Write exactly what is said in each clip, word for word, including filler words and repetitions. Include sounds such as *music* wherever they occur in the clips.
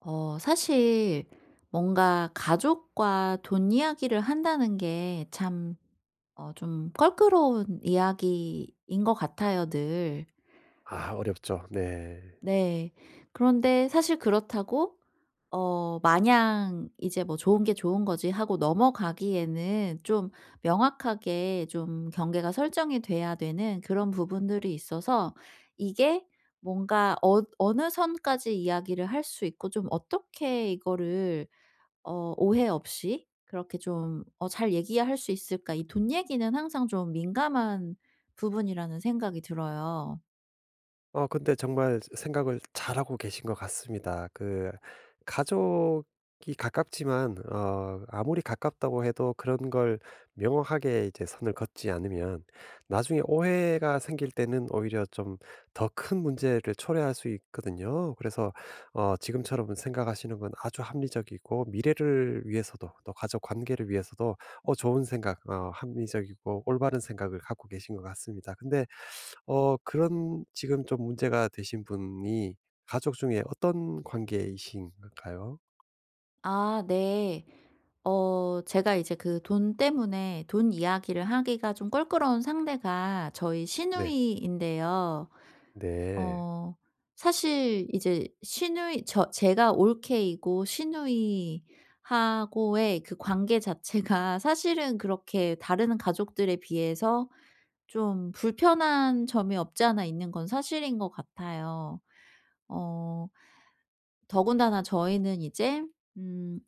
어 사실 뭔가 가족과 돈 이야기를 한다는 게 참 어 좀 껄끄러운 이야기인 것 같아요, 늘. 아 어렵죠. 네. 네. 그런데 사실 그렇다고 어 마냥 '이제 뭐 좋은 게 좋은 거지.' 하고 넘어가기에는 좀 명확하게 좀 경계가 설정이 돼야 되는 그런 부분들이 있어서, 이게 뭔가 어 어느 선까지 이야기를 할 수 있고, 좀 어떻게 이거를 어 오해 없이 그렇게 좀 어 '잘 얘기할 수 있을까?' 이 돈 얘기는 항상 좀 민감한 부분이라는 생각이 들어요. 어 근데 정말 생각을 잘하고 계신 것 같습니다. 그 가족이 가깝지만 어 아무리 가깝다고 해도 그런 걸 명확하게 이제 선을 긋지 않으면 나중에 오해가 생길 때는 오히려 좀 더 큰 문제를 초래할 수 있거든요. 그래서 어 지금처럼 생각하시는 건 아주 합리적이고 미래를 위해서도 또 가족 관계를 위해서도 어 좋은 생각 어 합리적이고 올바른 생각을 갖고 계신 것 같습니다. 근데 어 그런 지금 좀 문제가 되신 분이 가족 중에 어떤 관계이신가요? 아, 네. 어 제가 이제 그 돈 때문에 돈 이야기를 하기가 좀 껄끄러운 상대가 저희 네. 시누이인데요. 네. 어 사실 이제 시누이 저 제가 올케이고 시누이하고의 그 관계 자체가 *laughs* 사실은 그렇게 다른 가족들에 비해서 좀 불편한 점이 없지 않아 있는 건 사실인 것 같아요. 어 더군다나 저희는 이제 음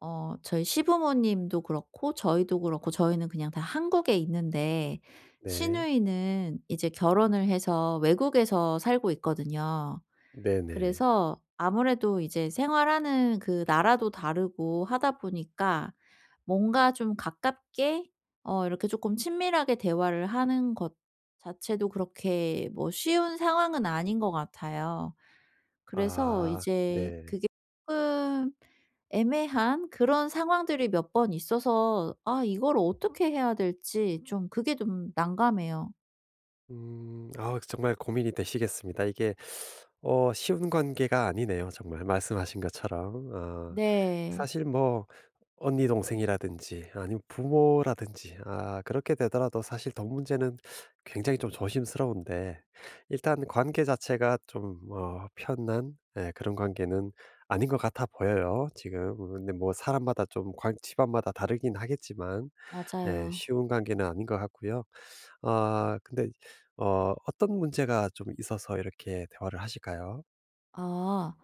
어 저희 시부모님도 그렇고 저희도 그렇고, 저희는 그냥 다 한국에 있는데 네. 시누이는 이제 결혼을 해서 외국에서 살고 있거든요. 네네. 그래서 아무래도 이제 생활하는 그 나라도 다르고 하다 보니까, 뭔가 좀 가깝게 어 이렇게 조금 친밀하게 대화를 하는 것 자체도 그렇게 뭐 쉬운 상황은 아닌 것 같아요. 그래서 아 이제 네. 그게 조금 애매한 그런 상황들이 몇 번 있어서, 아 이걸 어떻게 해야 될지 좀 그게 좀 난감해요. 음. 아 정말 고민이 되시겠습니다. 이게 어 쉬운 관계가 아니네요 정말 말씀하신 것처럼. 아 네. 사실 뭐 언니 동생이라든지 아니면 부모라든지 아 그렇게 되더라도 사실 돈 문제는 굉장히 좀 조심스러운데 일단 관계 자체가 좀 어 편한 예 그런 관계는 아닌 것 같아 보여요 지금. 근데 뭐 사람마다 좀 관 집안마다 다르긴 하겠지만 예 맞아요. 쉬운 관계는 아닌 것 같고요. 아 근데 어 어떤 문제가 좀 있어서 이렇게 대화를 하실까요? 아.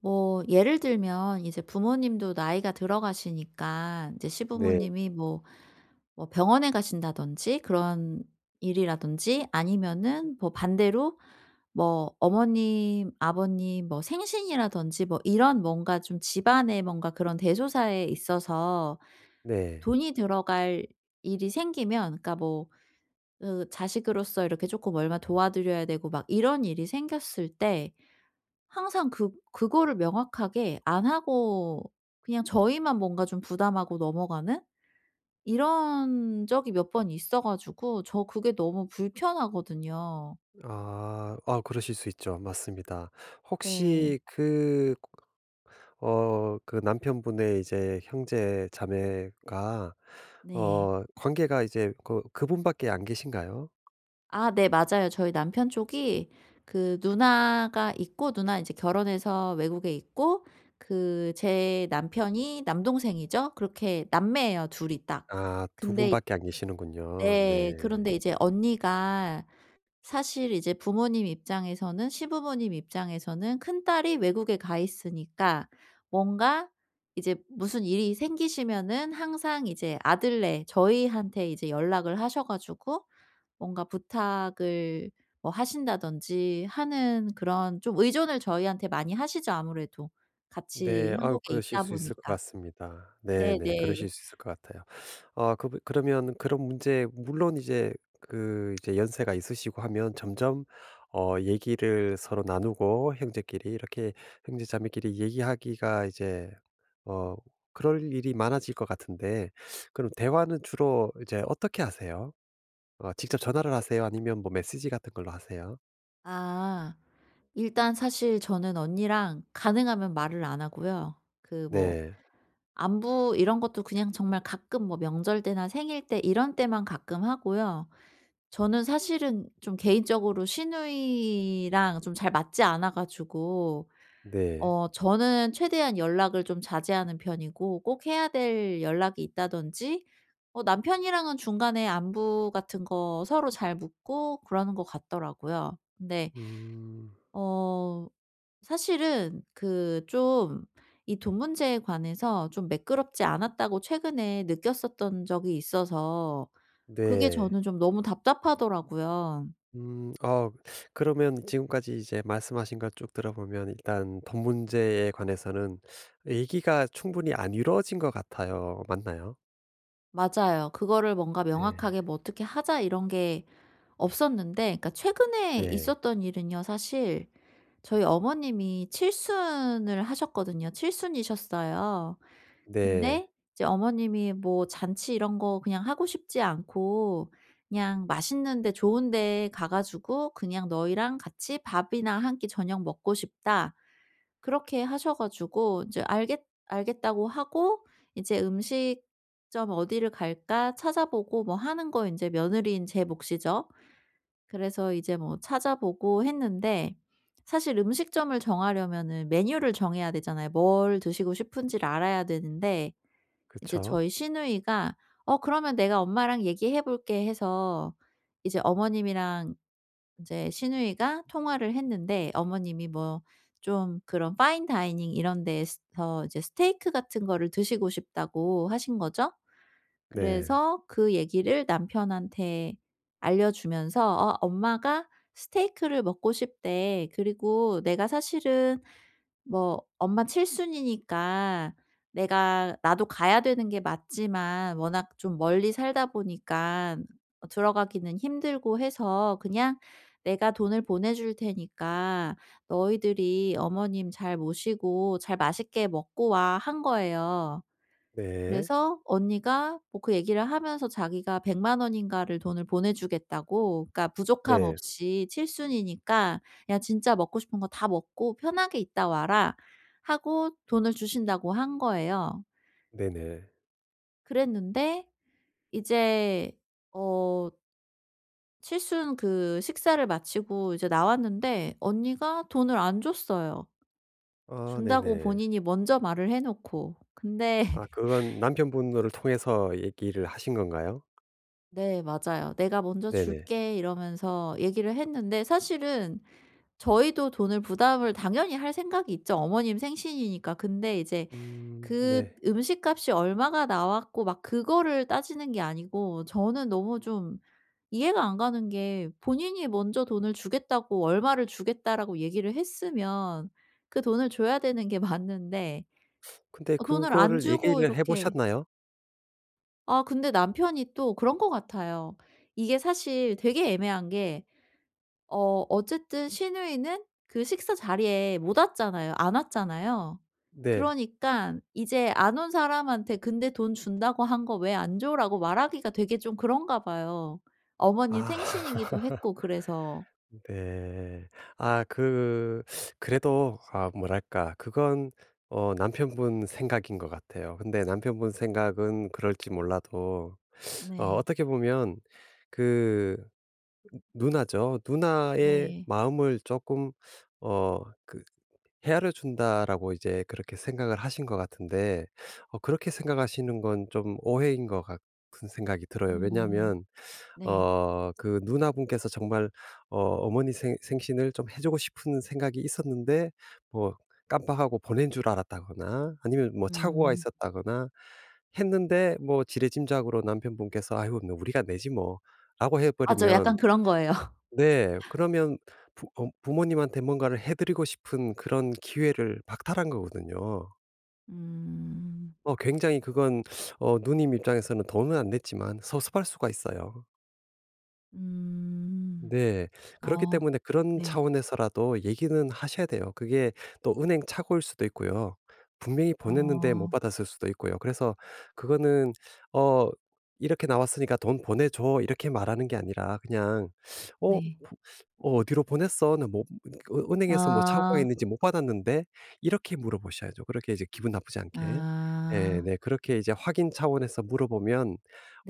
뭐 예를 들면 이제 부모님도 나이가 들어가시니까 이제 네. 시부모님이 뭐 뭐 병원에 가신다든지 그런 일이라든지, 아니면은 뭐 반대로 뭐 어머님, 아버님 뭐 생신이라든지 뭐 이런 뭔가 좀 집안의 뭔가 그런 대소사에 있어서 네. 돈이 들어갈 일이 생기면, 그러니까 뭐 그 자식으로서 이렇게 조금 얼마 도와드려야 되고 막 이런 일이 생겼을 때, 항상 그 그거를 명확하게 안 하고 그냥 저희만 뭔가 좀 부담하고 넘어가는 이런 적이 몇 번 있어 가지고, 저 그게 너무 불편하거든요. 아. 아 그러실 수 있죠. 맞습니다. 네. 혹시 그 어 그 남편분의 이제 형제 자매가 네. 어 관계가 이제 그 그분밖에 안 계신가요? 아, 네 맞아요. 저희 남편 쪽이 그 누나가 있고, 누나 인제 결혼해서 외국에 있고, 그 제 남편이 남동생이죠. 그렇게 남매예요, 둘이 딱. 아 두 근데 분밖에 안 계시는군요. 네. 네. 그런데 이제 언니가, 사실 이제 부모님 입장에서는, 시부모님 입장에서는 큰딸이 외국에 가 있으니까 뭔가 이제 무슨 일이 생기시면은 항상 이제 아들네 저희한테 이제 연락을 하셔 가지고 뭔가 부탁을 뭐 하신다든지 하는, 그런 좀 의존을 저희한테 많이 하시죠, 아무래도 같이 네. 아유 한국에 그러실 있다 수 있을 것 보니까. 같습니다. 네네. 네네. 그러실 수 있을 것 같아요. 아 그 그러면 그런 문제 물론 이제 그 이제 연세가 있으시고 하면 점점 어 얘기를 서로 나누고 형제끼리 이렇게 형제 자매끼리 얘기하기가 이제 어 그럴 일이 많아질 것 같은데 그럼 대화는 주로 이제 어떻게 하세요? 어 직접 전화를 하세요? 아니면 뭐 메시지 같은 걸로 하세요? 아. 일단 사실 저는 언니랑 가능하면 말을 안 하고요. 그뭐 네. 안부 이런 것도 그냥 정말 가끔 뭐 명절 때나 생일 때 이런 때만 가끔 하고요. 저는 사실은 좀 개인적으로 시누이랑 좀 잘 맞지 않아 가지고, 네. 어 저는 최대한 연락을 좀 자제하는 편이고, 꼭 해야 될 연락이 있다든지 어 남편이랑은 중간에 안부 같은 거 서로 잘 묻고 그러는 것 같더라고요. 근데 음. 어 사실은 그 좀 이 돈 문제에 관해서 좀 매끄럽지 않았다고 최근에 느꼈었던 적이 있어서, 그게 네. 저는 좀 너무 답답하더라고요. 음. 어 그러면 지금까지 이제 말씀하신 걸 쭉 들어보면 일단 돈 문제에 관해서는 얘기가 충분히 안 이루어진 것 같아요. 맞나요? 맞아요. 그거를 뭔가 네. 명확하게 뭐 어떻게 하자 이런 게 없었는데, 그러니까 최근에 네. 있었던 일은요. 사실 저희 어머님이 칠순을 하셨거든요. 칠순이셨어요. 네. 근데 이제 어머님이 뭐 잔치 이런 거 그냥 하고 싶지 않고, 그냥 맛있는 데 좋은 데 가 가지고 "그냥 너희랑 같이 밥이나 한 끼 저녁 먹고 싶다." 그렇게 하셔 가지고 이제 알겠 알겠다고 하고, 이제 음식점 어디를 갈까 찾아보고 뭐 하는 거 이제 며느리인 제 몫이죠. 그래서 이제 뭐 찾아보고 했는데, 사실 음식점을 정하려면은 메뉴를 정해야 되잖아요. 뭘 드시고 싶은지를 알아야 되는데, 이제 그쵸. 저희 시누이가 "어 그러면 내가 엄마랑 얘기해 볼게." 해서 이제 어머님이랑, 이제 시누이가 통화를 했는데, 어머님이 뭐 좀 그런 파인 다이닝 이런 데서 이제 스테이크 같은 거를 드시고 싶다고 하신 거죠. 네. 그래서 그 얘기를 남편한테 알려주면서 "어 엄마가 스테이크를 먹고 싶대. 그리고 내가 사실은 뭐 엄마 칠순이니까 내가, 나도 가야 되는 게 맞지만 워낙 좀 멀리 살다 보니까 들어가기는 힘들고 해서, 그냥 내가 돈을 보내줄 테니까 너희들이 어머님 잘 모시고 잘 맛있게 먹고 와." 한 거예요. 네. 그래서 언니가 뭐 그 얘기를 하면서 자기가 백 공 공 원인가를 돈을 보내주겠다고, 그러니까 부족함 네. 없이 칠순이니까 "야 진짜 먹고 싶은 거 다 먹고 편하게 있다 와라." 하고 돈을 주신다고 한 거예요. 네네. 그랬는데 이제 어 칠순 그 식사를 마치고 이제 나왔는데 언니가 돈을 안 줬어요. 아 준다고 네네. 본인이 먼저 말을 해 놓고. 근데 아 그건 남편분을 통해서 얘기를 하신 건가요? 네 맞아요. "내가 먼저 네네. 줄게." 이러면서 얘기를 했는데, 사실은 저희도 돈을 부담을 당연히 할 생각이 있죠, 어머님 생신이니까. 근데 이제 음 그 네. 음식값이 얼마가 나왔고 막 그거를 따지는 게 아니고, 저는 너무 좀 이해가 안 가는 게, 본인이 먼저 돈을 주겠다고 "얼마를 주겠다."라고 얘기를 했으면 그 돈을 줘야 되는 게 맞는데 근데 어 돈을 안 그거를 주고 얘기를 해 이렇게. 보셨나요? 아 근데 남편이 또 그런 것 같아요. 이게 사실 되게 애매한 게, 어 어쨌든 시누이는 그 식사 자리에 못 왔잖아요. 안 왔잖아요. 네. 그러니깐 이제 안 온 사람한테 "근데 돈 준다고 한 거 왜 안 줘?"라고 말하기가 되게 좀 그런가 봐요. 어머님 아. *laughs* 생신이기도 했고 그래서. 네. 아 그 그래도 아 뭐랄까 그건 어 남편분 생각인 것 같아요. 근데 남편분 생각은 그럴지 몰라도 어 네. 어떻게 보면 그 누나죠. 누나의 네. 마음을 조금 어 그 헤아려 준다라고 이제 그렇게 생각을 하신 것 같은데 어 그렇게 생각하시는 건 좀 오해인 것 같은 생각이 들어요. 음. 왜냐하면 네. 어 그 누나분께서 정말 어 어머니 생 생신을 좀 해 주고 싶은 생각이 있었는데 뭐 깜빡하고 보낸 줄 알았다거나 아니면 뭐 착오가 음. 있었다거나 했는데 뭐 지레짐작으로 남편분께서 '아유 뭐 우리가 내지 뭐.'라고 해 맞아요. 버리면 약간 그런 거예요. *laughs* 네 그러면 부 어 부모님한테 뭔가를 해 드리고 싶은 그런 기회를 박탈한 거거든요. 음. 어 굉장히 그건 어 누님 입장에서는 돈은 안 냈지만 섭섭할 수가 있어요. 음. 네. 그렇기 어. 때문에 그런 네. 차원에서라도 얘기는 하셔야 돼요. 그게 또 은행 착오일 수도 있고요. 분명히 보냈는데 못 어 받았을 수도 있고요. 그래서 그거는 어 "이렇게 나왔으니까 돈 보내줘." 이렇게 말하는 게 아니라 그냥 "어 네. 어 어디로 보냈어? 나 뭐 어 은행에서 뭐 착오가 아. 있는지 못 받았는데." 이렇게 물어보셔야죠. 그렇게 이제 기분 나쁘지 않게. 예 아 네. 그렇게 이제 확인 차원에서 물어보면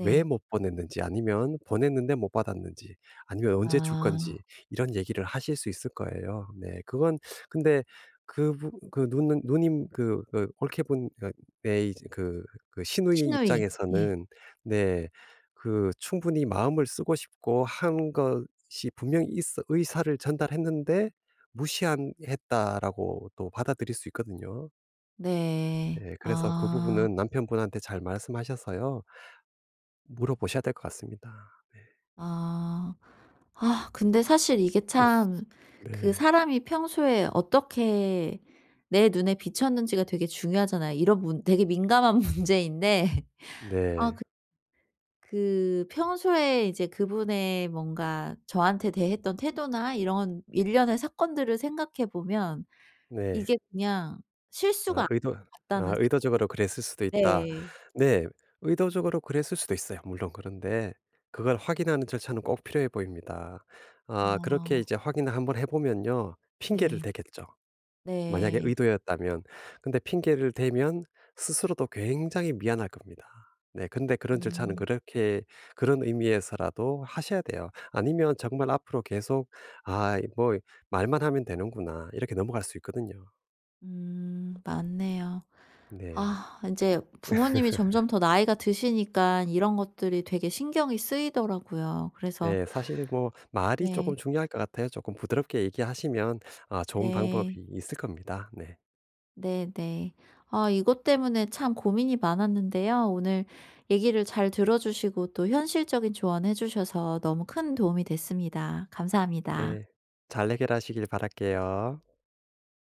왜 못 보냈는지 아니면 보냈는데 못 받았는지 아니면 언제 줄 아 건지 이런 얘기를 하실 수 있을 거예요. 네. 그건 근데 그 부- 그누 누님 그 그 올케분 그 의 이제 그 그 시누이 시누이. 네. 입장에서는 네 그 충분히 마음을 쓰고 싶고 한 것이 분명히 있어 의사를 전달했는데 무시한 했다라고 또 받아들일 수 있거든요. 네. 네. 그래서 그 아. 부분은 남편분한테 잘 말씀하셔서요. 물어보셔야 될 것 같습니다. 네. 아. 아 근데 사실 이게 *laughs* 참, 그 네. 사람이 평소에 어떻게 내 눈에 비쳤는지가 되게 중요하잖아요. 이런 문 되게 민감한 *laughs* 문제인데, 아 네. 그 그 평소에 이제 그분의 뭔가 저한테 대했던 태도나 이런 일련의 사건들을 생각해 보면 네. 이게 그냥 실수가 아 아닌 의도 것 아 같다는 생각. 의도적으로 그랬을 수도 있다. 네. 네. 의도적으로 그랬을 수도 있어요 물론. 그런데 그걸 확인하는 절차는 꼭 필요해 보입니다. 아 그렇게 어 이제 확인을 한번 해 보면요. 핑계를 네. 대겠죠 만약에 네. 의도였다면. 근데 핑계를 대면 스스로도 굉장히 미안할 겁니다. 네. 근데 그런 절차는 음. 그렇게 그런 의미에서라도 하셔야 돼요. 아니면 정말 앞으로 계속 '아 뭐 말만 하면 되는구나.' 이렇게 넘어갈 수 있거든요. 음 맞네요. 네. 아 인제 부모님이 점점 더 나이가 드시니까 이런 것들이 되게 신경이 쓰이더라고요. 그래서 네. 사실 뭐 말이 네. 조금 중요할 것 같아요. 조금 부드럽게 얘기하시면 아 좋은 네. 방법이 있을 겁니다. 네. 네네. 아 이것 때문에 참 고민이 많았는데요, 오늘 얘기를 잘 들어 주시고 또 현실적인 조언해 주셔서 너무 큰 도움이 됐습니다. 감사합니다. 네. 잘 해결하시길 바랄게요.